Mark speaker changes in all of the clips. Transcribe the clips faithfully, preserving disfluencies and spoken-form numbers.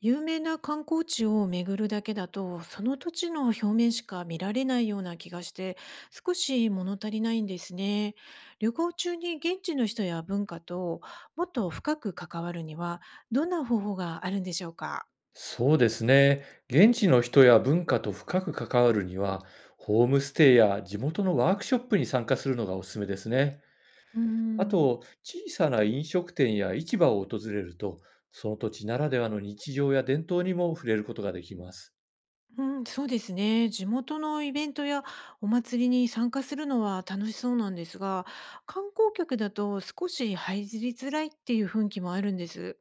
Speaker 1: 有名な観光地を巡るだけだと、その土地の表面しか見られないような気がして、少し物足りないんですね。旅行中に現地の人や文化ともっと深く関わるには、どんな方法があるんでしょうか？
Speaker 2: そうですね。現地の人や文化と深く関わるには、ホームステイや地元のワークショップに参加するのがおすすめですね。
Speaker 1: うー
Speaker 2: あ
Speaker 1: ん、
Speaker 2: と、小さな飲食店や市場を訪れると、その土地ならではの日常や伝統にも触れることができます。
Speaker 1: うん、そうですね。地元のイベントやお祭りに参加するのは楽しそうなんですが、観光客だと少し入りづらいっていう雰囲気もあるんです。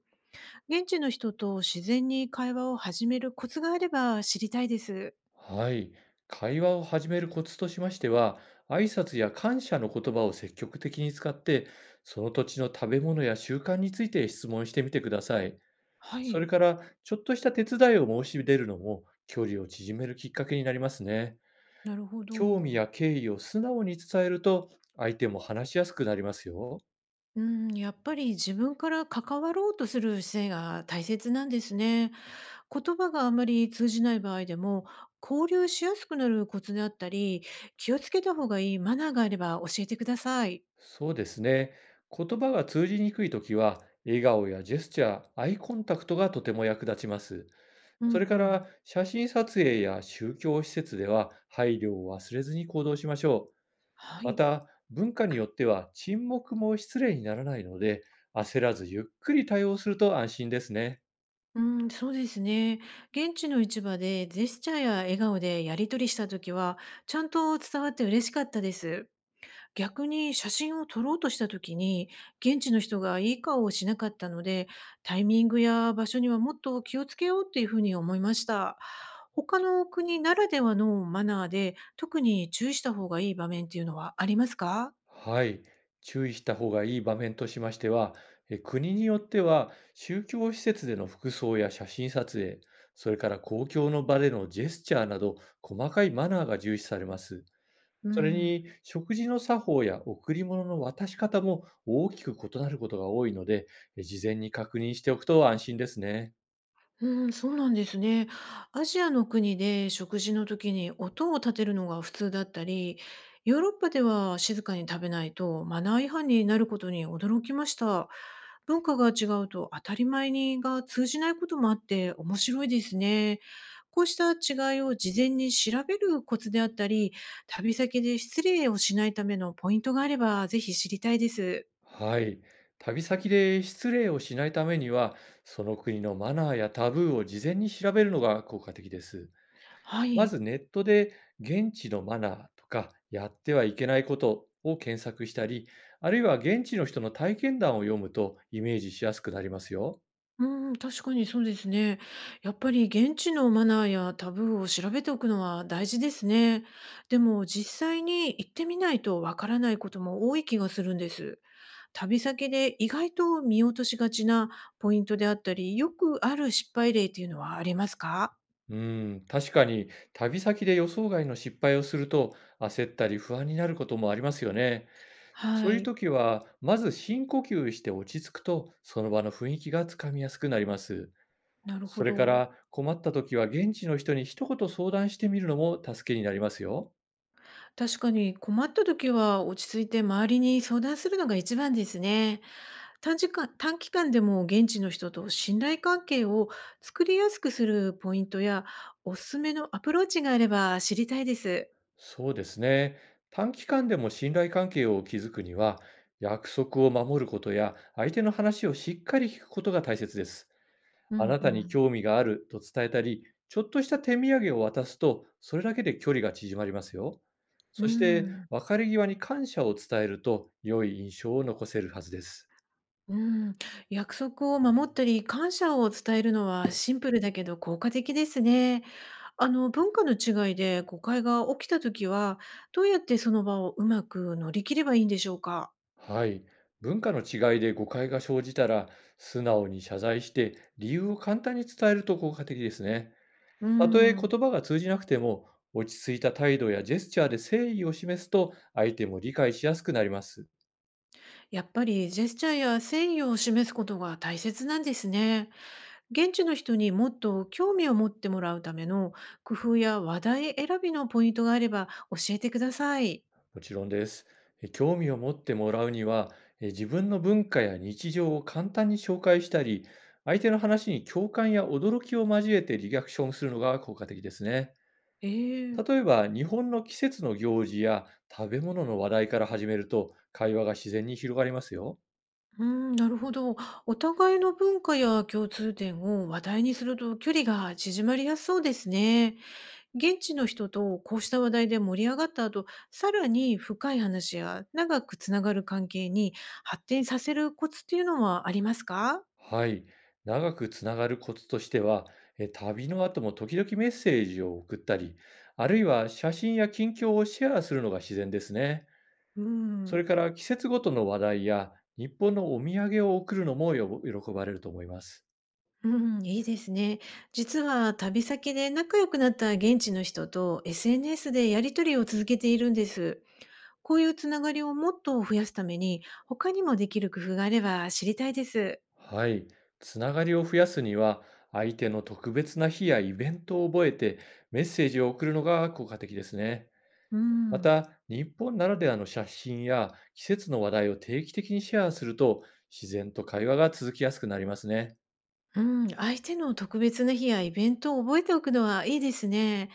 Speaker 1: 現地の人と自然に会話を始めるコツがあれば知りたいです。
Speaker 2: はい。会話を始めるコツとしましては、挨拶や感謝の言葉を積極的に使って、その土地の食べ物や習慣について質問してみてください。
Speaker 1: は
Speaker 2: それ
Speaker 1: い、
Speaker 2: から、ちょっとした手伝いを申し出るのも、距離を縮めるきっかけになりますね。
Speaker 1: なるほ
Speaker 2: 興味
Speaker 1: ど。
Speaker 2: や敬意を素直に伝えると、相手も話しやすくなりますよ。
Speaker 1: うん、やっぱり自分から関わろうとする姿勢が大切なんですね。言葉があまり通じない場合でも交流しやすくなるコツであったり、気をつけた方がいいマナーがあれば教えてください。
Speaker 2: そうですね。言葉が通じにくいときは、笑顔やジェスチャー、アイコンタクトがとても役立ちます。
Speaker 1: う
Speaker 2: そ
Speaker 1: んう
Speaker 2: れか
Speaker 1: ん。
Speaker 2: ら、写真撮影や宗教施設では、配慮を忘れずに行動しましょう。
Speaker 1: は
Speaker 2: ま
Speaker 1: い。
Speaker 2: た、文化によっては沈黙も失礼にならないので、焦らずゆっくり対応すると安心ですね。
Speaker 1: うん、そうですね。現地の市場でジェスチャーや笑顔でやり取りした時は、ちゃんと伝わって嬉しかったです。逆に写真を撮ろうとした時に、現地の人がいい顔をしなかったので、タイミングや場所にはもっと気をつけようっていうふうに思いました。他の国ならではのマナーで、特に注意した方がいい場面っていうのはありますか？
Speaker 2: はい、注意した方がいい場面としましては、え国によっては宗教施設での服装や写真撮影、それから公共の場でのジェスチャーなど細かいマナーが重視されます。
Speaker 1: う
Speaker 2: それ
Speaker 1: ん。
Speaker 2: に食事の作法や贈り物の渡し方も大きく異なることが多いので、え事前に確認しておくと安心ですね。
Speaker 1: うん、そうなんですね。アジアの国で食事の時に音を立てるのが普通だったり、ヨーロッパでは静かに食べないとマナー違反になることに驚きました。文化が違うと当たり前にが通じないこともあって面白いですね。こうした違いを事前に調べるコツであったり、旅先で失礼をしないためのポイントがあれば、ぜひ知りたいです。
Speaker 2: はい。旅先で失礼をしないためには、その国のマナーやタブーを事前に調べるのが効果的です。
Speaker 1: は
Speaker 2: ま
Speaker 1: い。
Speaker 2: ずネットで現地のマナーとかやってはいけないことを検索したり、あるいは現地の人の体験談を読むとイメージしやすくなりますよ。
Speaker 1: うん、確かにそうですね。やっぱり現地のマナーやタブーを調べておくのは大事ですね。でも実際に行ってみないとわからないことも多い気がするんです。旅先で意外と見落としがちなポイントであったり、よくある失敗例っていうのはありますか？
Speaker 2: うん、確かに旅先で予想外の失敗をすると焦ったり不安になることもありますよね。そ
Speaker 1: は
Speaker 2: ういう
Speaker 1: い、
Speaker 2: 時は、まず深呼吸して落ち着くと、その場の雰囲気がつかみやすくなります。
Speaker 1: なるほ
Speaker 2: それか
Speaker 1: ど。
Speaker 2: ら困った時は現地の人に一言相談してみるのも助けになりますよ。
Speaker 1: 確かに困った時は落ち着いて周りに相談するのが一番ですね。短時間短期間でも現地の人と信頼関係を作りやすくするポイントや、おすすめのアプローチがあれば知りたいです。
Speaker 2: そうですね。短期間でも信頼関係を築くには、約束を守ることや、相手の話をしっかり聞くことが大切です。
Speaker 1: う
Speaker 2: あ
Speaker 1: ん
Speaker 2: な
Speaker 1: う
Speaker 2: たに
Speaker 1: ん。
Speaker 2: 興味があると伝えたり、ちょっとした手土産を渡すと、それだけで距離が縮まりますよ。
Speaker 1: う
Speaker 2: そして、
Speaker 1: ん。
Speaker 2: 別れ際に感謝を伝えると、良い印象を残せるはずです。
Speaker 1: うん、約束を守ったり、感謝を伝えるのはシンプルだけど効果的ですね。あの、文化の違いで誤解が起きたときは、どうやってその場をうまく乗り切ればいいんでしょうか？
Speaker 2: はい。文化の違いで誤解が生じたら、素直に謝罪して、理由を簡単に伝えると効果的ですね。
Speaker 1: う
Speaker 2: たとえ
Speaker 1: ん、
Speaker 2: 言葉が通じなくても、落ち着いた態度やジェスチャーで誠意を示すと、相手も理解しやすくなります。
Speaker 1: やっぱりジェスチャーや誠意を示すことが大切なんですね。現地の人にもっと興味を持ってもらうための工夫や話題選びのポイントがあれば教えてください。
Speaker 2: もちろんです。え興味を持ってもらうには、え自分の文化や日常を簡単に紹介したり、相手の話に共感や驚きを交えてリアクションするのが効果的ですね。
Speaker 1: え
Speaker 2: 例
Speaker 1: え。
Speaker 2: えば、日本の季節の行事や食べ物の話題から始めると、会話が自然に広がりますよ。
Speaker 1: うん、なるほど。お互いの文化や共通点を話題にすると距離が縮まりやすそうですね。現地の人とこうした話題で盛り上がった後、さらに深い話や長くつながる関係に発展させるコツっていうのはありますか？
Speaker 2: はい。長くつながるコツとしては、えー旅の後も時々メッセージを送ったり、あるいは写真や近況をシェアするのが自然ですね。
Speaker 1: う
Speaker 2: それ
Speaker 1: ん、
Speaker 2: から季節ごとの話題や日本のお土産を送るのもよ喜ばれると思います。
Speaker 1: うん、いいですね。実は旅先で仲良くなった現地の人と エスエヌエス でやり取りを続けているんです。こういうつながりをもっと増やすために、他にもできる工夫があれば知りたいです。
Speaker 2: はい。つながりを増やすには、相手の特別な日やイベントを覚えてメッセージを送るのが効果的ですね。
Speaker 1: う
Speaker 2: ま
Speaker 1: ん。
Speaker 2: た、日本ならではの写真や季節の話題を定期的にシェアすると、自然と会話が続きやすくなりますね。
Speaker 1: うん、相手の特別な日やイベントを覚えておくのはいいですね。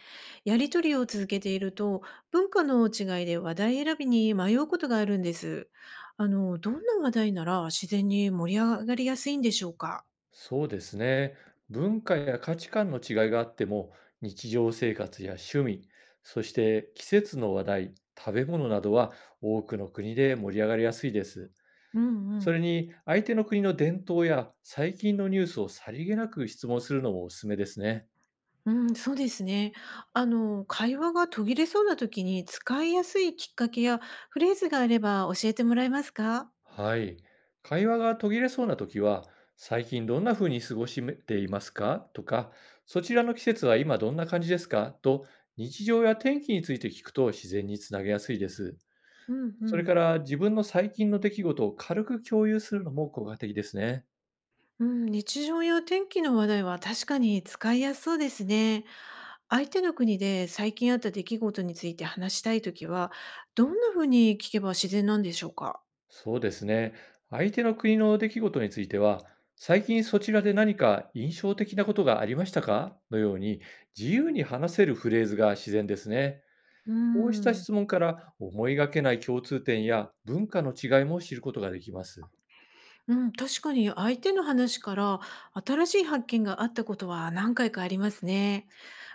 Speaker 1: やりとりを続けていると、文化の違いで話題選びに迷うことがあるんです。あの、どんな話題なら自然に盛り上がりやすいんでしょうか？
Speaker 2: そうですね。文化や価値観の違いがあっても、日常生活や趣味、そして季節の話題、食べ物などは多くの国で盛り上がりやすいです。
Speaker 1: うんう
Speaker 2: それ
Speaker 1: ん。
Speaker 2: に、相手の国の伝統や最近のニュースをさりげなく質問するのもおすすめですね。
Speaker 1: うん、そうですね。あの、会話が途切れそうな時に使いやすいきっかけやフレーズがあれば教えてもらえますか？
Speaker 2: はい。会話が途切れそうな時は、最近どんな風に過ごしていますかとか、そちらの季節は今どんな感じですかと、日常や天気について聞くと自然につなげやすいです。
Speaker 1: うんう
Speaker 2: それか
Speaker 1: ん。
Speaker 2: ら自分の最近の出来事を軽く共有するのも効果的ですね。
Speaker 1: うん、日常や天気の話題は確かに使いやすそうですね。相手の国で最近あった出来事について話したいときは、どんなふうに聞けば自然なんでしょうか？
Speaker 2: そうですね。相手の国の出来事については、最近そちらで何か印象的なことがありましたかのように、自由に話せるフレーズが自然ですね。
Speaker 1: う
Speaker 2: こうした
Speaker 1: ん、
Speaker 2: 質問から思いがけない共通点や文化の違いも知ることができます。
Speaker 1: うん、確かに相手の話から新しい発見があったことは何回かありますね。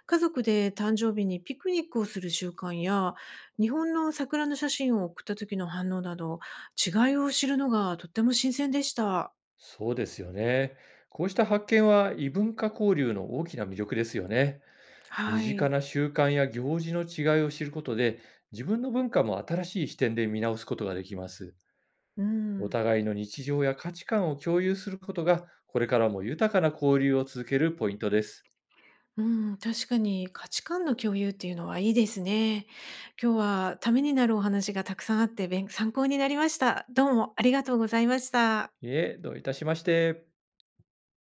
Speaker 1: 家族で誕生日にピクニックをする習慣や、日本の桜の写真を送った時の反応など、違いを知るのがとっても新鮮でした。
Speaker 2: そうですよね。こうした発見は異文化交流の大きな魅力ですよね。身
Speaker 1: は
Speaker 2: 近
Speaker 1: い。
Speaker 2: な習慣や行事の違いを知ることで、自分の文化も新しい視点で見直すことができます。
Speaker 1: う
Speaker 2: お
Speaker 1: ん、
Speaker 2: 互いの日常や価値観を共有することが、これからも豊かな交流を続けるポイントです。
Speaker 1: うん、確かに価値観の共有っていうのはいいですね。今日はためになるお話がたくさんあって、べ参考になりました。どうもありがとうございました。
Speaker 2: いえ、どういたしまして。